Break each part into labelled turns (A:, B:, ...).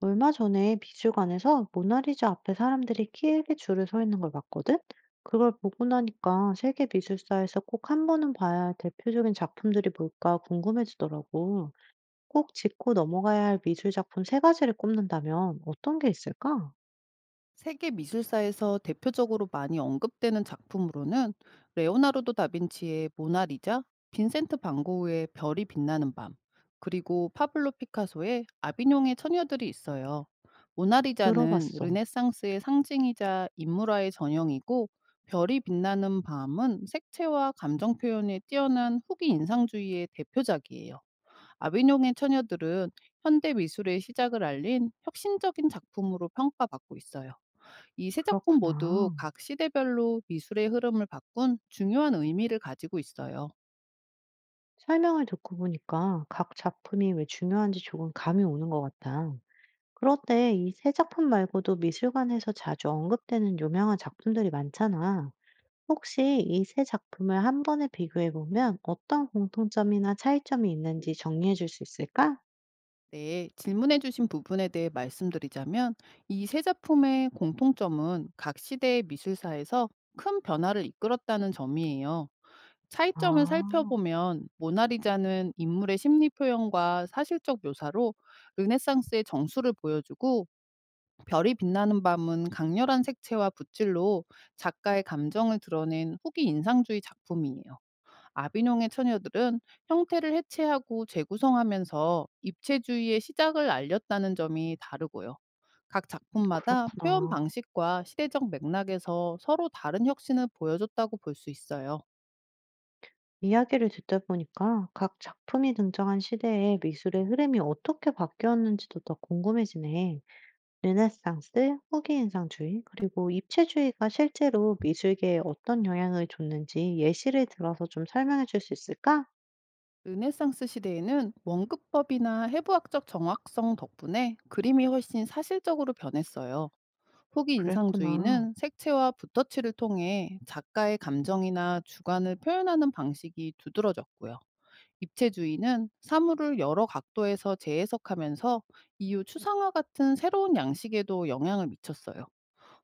A: 얼마 전에 미술관에서 모나리자 앞에 사람들이 길게 줄을 서 있는 걸 봤거든? 그걸 보고 나니까 세계 미술사에서 꼭 한 번은 봐야 할 대표적인 작품들이 뭘까 궁금해지더라고. 꼭 짚고 넘어가야 할 미술 작품 세 가지를 꼽는다면 어떤 게 있을까?
B: 세계 미술사에서 대표적으로 많이 언급되는 작품으로는 레오나르도 다빈치의 모나리자, 빈센트 반 고흐의 별이 빛나는 밤, 그리고 파블로 피카소의 아비뇽의 처녀들이 있어요. 모나리자는
A: 들어봤어.
B: 르네상스의 상징이자 인물화의 전형이고, 별이 빛나는 밤은 색채와 감정 표현에 뛰어난 후기 인상주의의 대표작이에요. 아비뇽의 처녀들은 현대 미술의 시작을 알린 혁신적인 작품으로 평가받고 있어요. 이 세 작품 모두
A: 그렇구나.
B: 각 시대별로 미술의 흐름을 바꾼 중요한 의미를 가지고 있어요.
A: 설명을 듣고 보니까 각 작품이 왜 중요한지 조금 감이 오는 것 같아. 그런데 이 세 작품 말고도 미술관에서 자주 언급되는 유명한 작품들이 많잖아. 혹시 이 세 작품을 한 번에 비교해 보면 어떤 공통점이나 차이점이 있는지 정리해 줄 수 있을까?
B: 네, 질문해 주신 부분에 대해 말씀드리자면 이 세 작품의 공통점은 각 시대의 미술사에서 큰 변화를 이끌었다는 점이에요. 차이점을
A: 아,
B: 살펴보면 모나리자는 인물의 심리 표현과 사실적 묘사로 르네상스의 정수를 보여주고, 별이 빛나는 밤은 강렬한 색채와 붓질로 작가의 감정을 드러낸 후기 인상주의 작품이에요. 아비뇽의 처녀들은 형태를 해체하고 재구성하면서 입체주의의 시작을 알렸다는 점이 다르고요. 각 작품마다 표현
A: 그렇구나.
B: 방식과 시대적 맥락에서 서로 다른 혁신을 보여줬다고 볼 수 있어요.
A: 이야기를 듣다 보니까 각 작품이 등장한 시대에 미술의 흐름이 어떻게 바뀌었는지도 더 궁금해지네. 르네상스, 후기 인상주의, 그리고 입체주의가 실제로 미술계에 어떤 영향을 줬는지 예시를 들어서 좀 설명해 줄 수 있을까?
B: 르네상스 시대에는 원급법이나 해부학적 정확성 덕분에 그림이 훨씬 사실적으로 변했어요. 후기
A: 그랬구나.
B: 인상주의는 색채와 붓터치를 통해 작가의 감정이나 주관을 표현하는 방식이 두드러졌고요. 입체주의는 사물을 여러 각도에서 재해석하면서 이유 추상화 같은 새로운 양식에도 영향을 미쳤어요.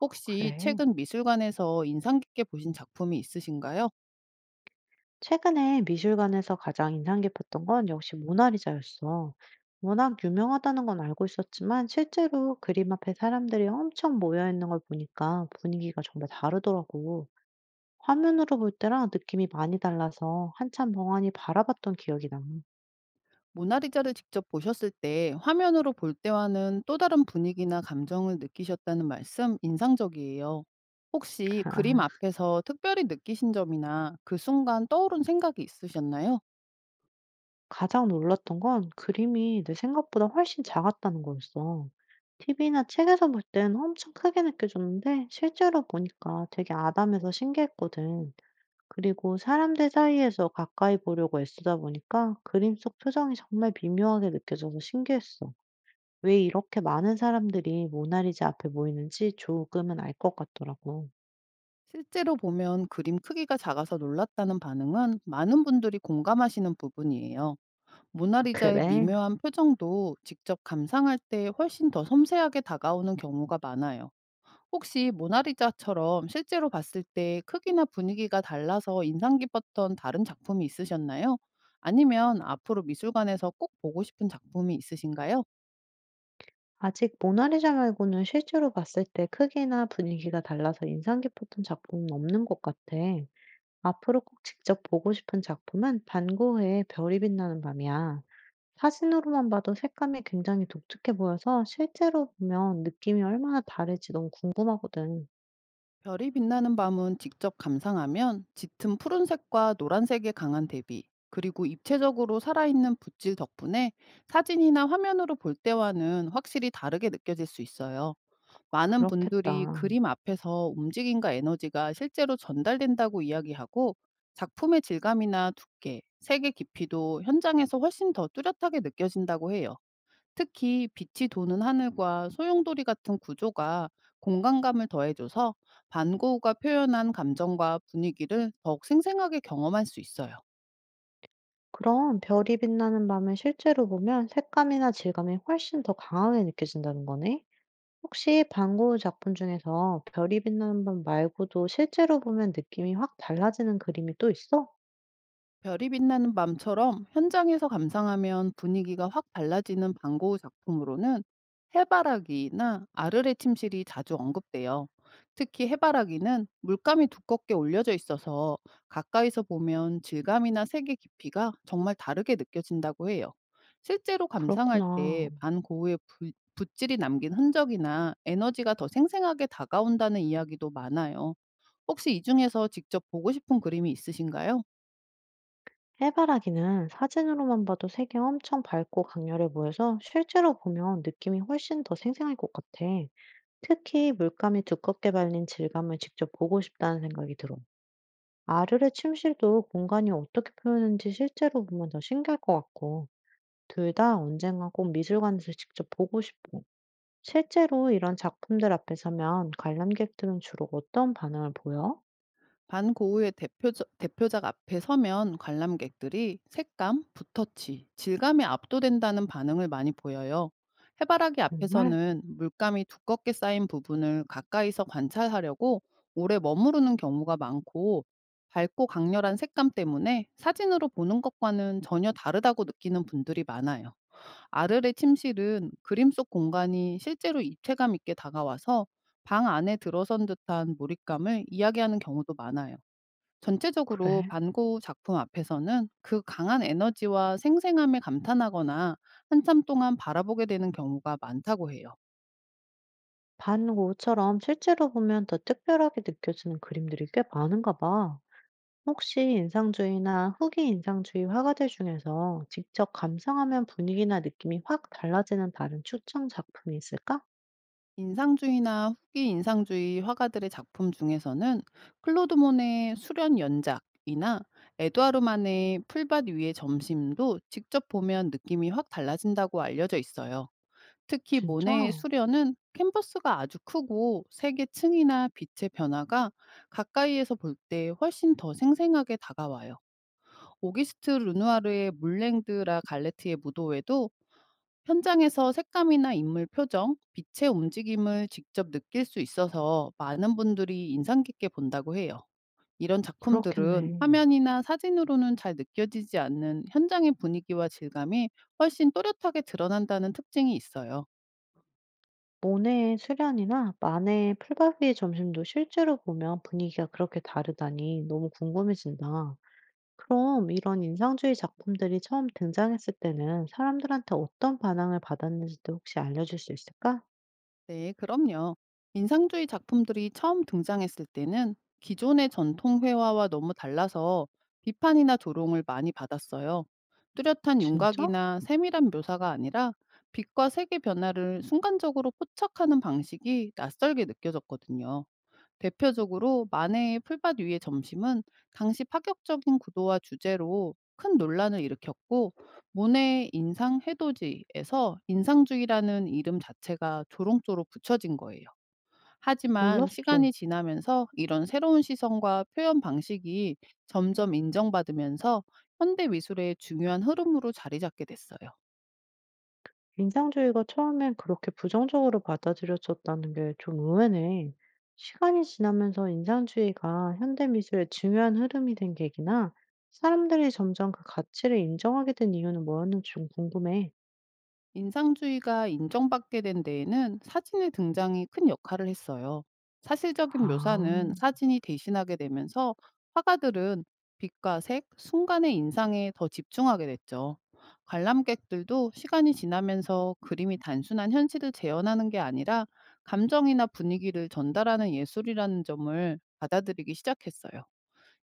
B: 혹시
A: 그래.
B: 최근 미술관에서 인상 깊게 보신 작품이 있으신가요?
A: 최근에 미술관에서 가장 인상 깊었던 건 역시 모나리자였어. 워낙 유명하다는 건 알고 있었지만 실제로 그림 앞에 사람들이 엄청 모여 있는 걸 보니까 분위기가 정말 다르더라고. 화면으로 볼 때랑 느낌이 많이 달라서 한참 멍하니 바라봤던 기억이 나.
B: 모나리자를 직접 보셨을 때 화면으로 볼 때와는 또 다른 분위기나 감정을 느끼셨다는 말씀 인상적이에요. 혹시 그림
A: 아,
B: 앞에서 특별히 느끼신 점이나 그 순간 떠오른 생각이 있으셨나요?
A: 가장 놀랐던 건 그림이 내 생각보다 훨씬 작았다는 거였어. TV나 책에서 볼 땐 엄청 크게 느껴졌는데 실제로 보니까 되게 아담해서 신기했거든. 그리고 사람들 사이에서 가까이 보려고 애쓰다 보니까 그림 속 표정이 정말 미묘하게 느껴져서 신기했어. 왜 이렇게 많은 사람들이 모나리자 앞에 모이는지 조금은 알 것 같더라고.
B: 실제로 보면 그림 크기가 작아서 놀랐다는 반응은 많은 분들이 공감하시는 부분이에요.
A: 아,
B: 모나리자의
A: 그래?
B: 미묘한 표정도 직접 감상할 때 훨씬 더 섬세하게 다가오는 경우가 많아요. 혹시 모나리자처럼 실제로 봤을 때 크기나 분위기가 달라서 인상 깊었던 다른 작품이 있으셨나요? 아니면 앞으로 미술관에서 꼭 보고 싶은 작품이 있으신가요?
A: 아직 모나리자 말고는 실제로 봤을 때 크기나 분위기가 달라서 인상 깊었던 작품은 없는 것 같아. 앞으로 꼭 직접 보고 싶은 작품은 반 고흐의 별이 빛나는 밤이야. 사진으로만 봐도 색감이 굉장히 독특해 보여서 실제로 보면 느낌이 얼마나 다를지 너무 궁금하거든.
B: 별이 빛나는 밤은 직접 감상하면 짙은 푸른색과 노란색의 강한 대비, 그리고 입체적으로 살아있는 붓질 덕분에 사진이나 화면으로 볼 때와는 확실히 다르게 느껴질 수 있어요. 많은 분들이
A: 그렇겠다.
B: 그림 앞에서 움직임과 에너지가 실제로 전달된다고 이야기하고, 작품의 질감이나 두께, 색의 깊이도 현장에서 훨씬 더 뚜렷하게 느껴진다고 해요. 특히 빛이 도는 하늘과 소용돌이 같은 구조가 공간감을 더해줘서 반고흐가 표현한 감정과 분위기를 더욱 생생하게 경험할 수 있어요.
A: 그럼 별이 빛나는 밤을 실제로 보면 색감이나 질감이 훨씬 더 강하게 느껴진다는 거네? 혹시 반 고흐 작품 중에서 별이 빛나는 밤 말고도 실제로 보면 느낌이 확 달라지는 그림이 또 있어?
B: 별이 빛나는 밤처럼 현장에서 감상하면 분위기가 확 달라지는 방고우 작품으로는 해바라기나 아르레 침실이 자주 언급돼요. 특히 해바라기는 물감이 두껍게 올려져 있어서 가까이서 보면 질감이나 색의 깊이가 정말 다르게 느껴진다고 해요. 실제로 감상할
A: 그렇구나.
B: 때 반고우의 붓질이 남긴 흔적이나 에너지가 더 생생하게 다가온다는 이야기도 많아요. 혹시 이 중에서 직접 보고 싶은 그림이 있으신가요?
A: 해바라기는 사진으로만 봐도 색이 엄청 밝고 강렬해 보여서 실제로 보면 느낌이 훨씬 더 생생할 것 같아. 특히 물감이 두껍게 발린 질감을 직접 보고 싶다는 생각이 들어. 아르레 침실도 공간이 어떻게 표현하는지 실제로 보면 더 신기할 것 같고, 둘 다 언젠가 꼭 미술관에서 직접 보고 싶고, 실제로 이런 작품들 앞에 서면 관람객들은 주로 어떤 반응을 보여?
B: 반고흐의 대표적 대표작 앞에 서면 관람객들이 색감, 붓터치, 질감에 압도된다는 반응을 많이 보여요. 해바라기
A: 정말?
B: 앞에서는 물감이 두껍게 쌓인 부분을 가까이서 관찰하려고 오래 머무르는 경우가 많고, 밝고 강렬한 색감 때문에 사진으로 보는 것과는 전혀 다르다고 느끼는 분들이 많아요. 아르레 침실은 그림 속 공간이 실제로 입체감 있게 다가와서 방 안에 들어선 듯한 몰입감을 이야기하는 경우도 많아요. 전체적으로
A: 그래.
B: 반고 작품 앞에서는 그 강한 에너지와 생생함에 감탄하거나 한참 동안 바라보게 되는 경우가 많다고 해요.
A: 반 고흐처럼 실제로 보면 더 특별하게 느껴지는 그림들이 꽤 많은가 봐. 혹시 인상주의나 후기 인상주의 화가들 중에서 직접 감상하면 분위기나 느낌이 확 달라지는 다른 추천 작품이 있을까?
B: 인상주의나 후기 인상주의 화가들의 작품 중에서는 클로드 모네의 수련 연작이나 에드와르 만의 풀밭 위의 점심도 직접 보면 느낌이 확 달라진다고 알려져 있어요. 특히
A: 진짜?
B: 모네의 수련은 캔버스가 아주 크고 색의 층이나 빛의 변화가 가까이에서 볼 때 훨씬 더 생생하게 다가와요. 오기스트 르누아르의 물랭드라 갈레트의 무도회도 현장에서 색감이나 인물 표정, 빛의 움직임을 직접 느낄 수 있어서 많은 분들이 인상 깊게 본다고 해요. 이런 작품들은
A: 그렇겠네.
B: 화면이나 사진으로는 잘 느껴지지 않는 현장의 분위기와 질감이 훨씬 또렷하게 드러난다는 특징이 있어요.
A: 모네의 수련이나 마네의 풀밭 위의 점심도 실제로 보면 분위기가 그렇게 다르다니 너무 궁금해진다. 그럼 이런 인상주의 작품들이 처음 등장했을 때는 사람들한테 어떤 반응을 받았는지도 혹시 알려줄 수 있을까?
B: 네, 그럼요. 인상주의 작품들이 처음 등장했을 때는 기존의 전통 회화와 너무 달라서 비판이나 조롱을 많이 받았어요. 뚜렷한
A: 진짜?
B: 윤곽이나 세밀한 묘사가 아니라 빛과 색의 변화를 순간적으로 포착하는 방식이 낯설게 느껴졌거든요. 대표적으로 만해의 풀밭 위의 점심은 당시 파격적인 구도와 주제로 큰 논란을 일으켰고, 모네의 인상 해도지에서 인상주의라는 이름 자체가 조롱조로 붙여진 거예요. 하지만
A: 몰랐어.
B: 시간이 지나면서 이런 새로운 시선과 표현 방식이 점점 인정받으면서 현대 미술의 중요한 흐름으로 자리 잡게 됐어요.
A: 인상주의가 처음엔 그렇게 부정적으로 받아들여졌다는 게 좀 의외네. 시간이 지나면서 인상주의가 현대 미술의 중요한 흐름이 된 계기나 사람들이 점점 그 가치를 인정하게 된 이유는 뭐였는지 좀 궁금해.
B: 인상주의가 인정받게 된 데에는 사진의 등장이 큰 역할을 했어요. 사실적인
A: 아,
B: 묘사는 사진이 대신하게 되면서 화가들은 빛과 색, 순간의 인상에 더 집중하게 됐죠. 관람객들도 시간이 지나면서 그림이 단순한 현실을 재현하는 게 아니라 감정이나 분위기를 전달하는 예술이라는 점을 받아들이기 시작했어요.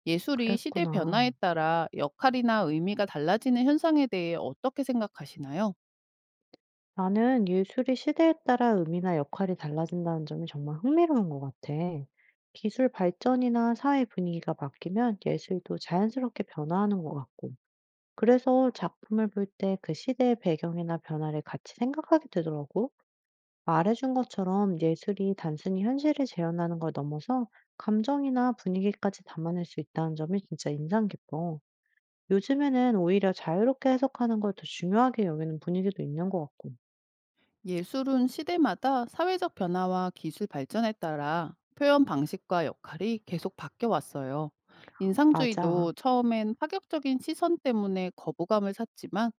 B: 예술이 시대
A: 그랬구나.
B: 변화에 따라 역할이나 의미가 달라지는 현상에 대해 어떻게 생각하시나요?
A: 나는 예술이 시대에 따라 의미나 역할이 달라진다는 점이 정말 흥미로운 것 같아. 기술 발전이나 사회 분위기가 바뀌면 예술도 자연스럽게 변화하는 것 같고. 그래서 작품을 볼 때 그 시대의 배경이나 변화를 같이 생각하게 되더라고. 말해준 것처럼 예술이 단순히 현실을 재현하는 걸 넘어서 감정이나 분위기까지 담아낼 수 있다는 점이 진짜 인상 깊어. 요즘에는 오히려 자유롭게 해석하는 걸 더 중요하게 여기는 분위기도 있는 것 같고.
B: 예술은 시대마다 사회적 변화와 기술 발전에 따라 표현 방식과 역할이 계속 바뀌어 왔어요.
A: 맞아.
B: 인상주의도 처음엔 파격적인 시선 때문에 거부감을 샀지만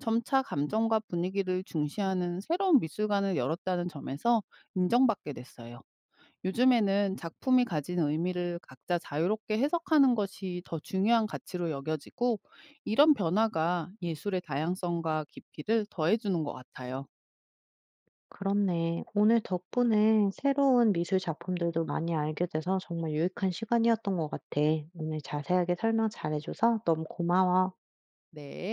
B: 점차 감정과 분위기를 중시하는 새로운 미술관을 열었다는 점에서 인정받게 됐어요. 요즘에는 작품이 가진 의미를 각자 자유롭게 해석하는 것이 더 중요한 가치로 여겨지고, 이런 변화가 예술의 다양성과 깊이를 더해주는 것 같아요.
A: 그렇네. 오늘 덕분에 새로운 미술 작품들도 많이 알게 돼서 정말 유익한 시간이었던 것 같아. 오늘 자세하게 설명 잘해줘서 너무 고마워.
B: 네.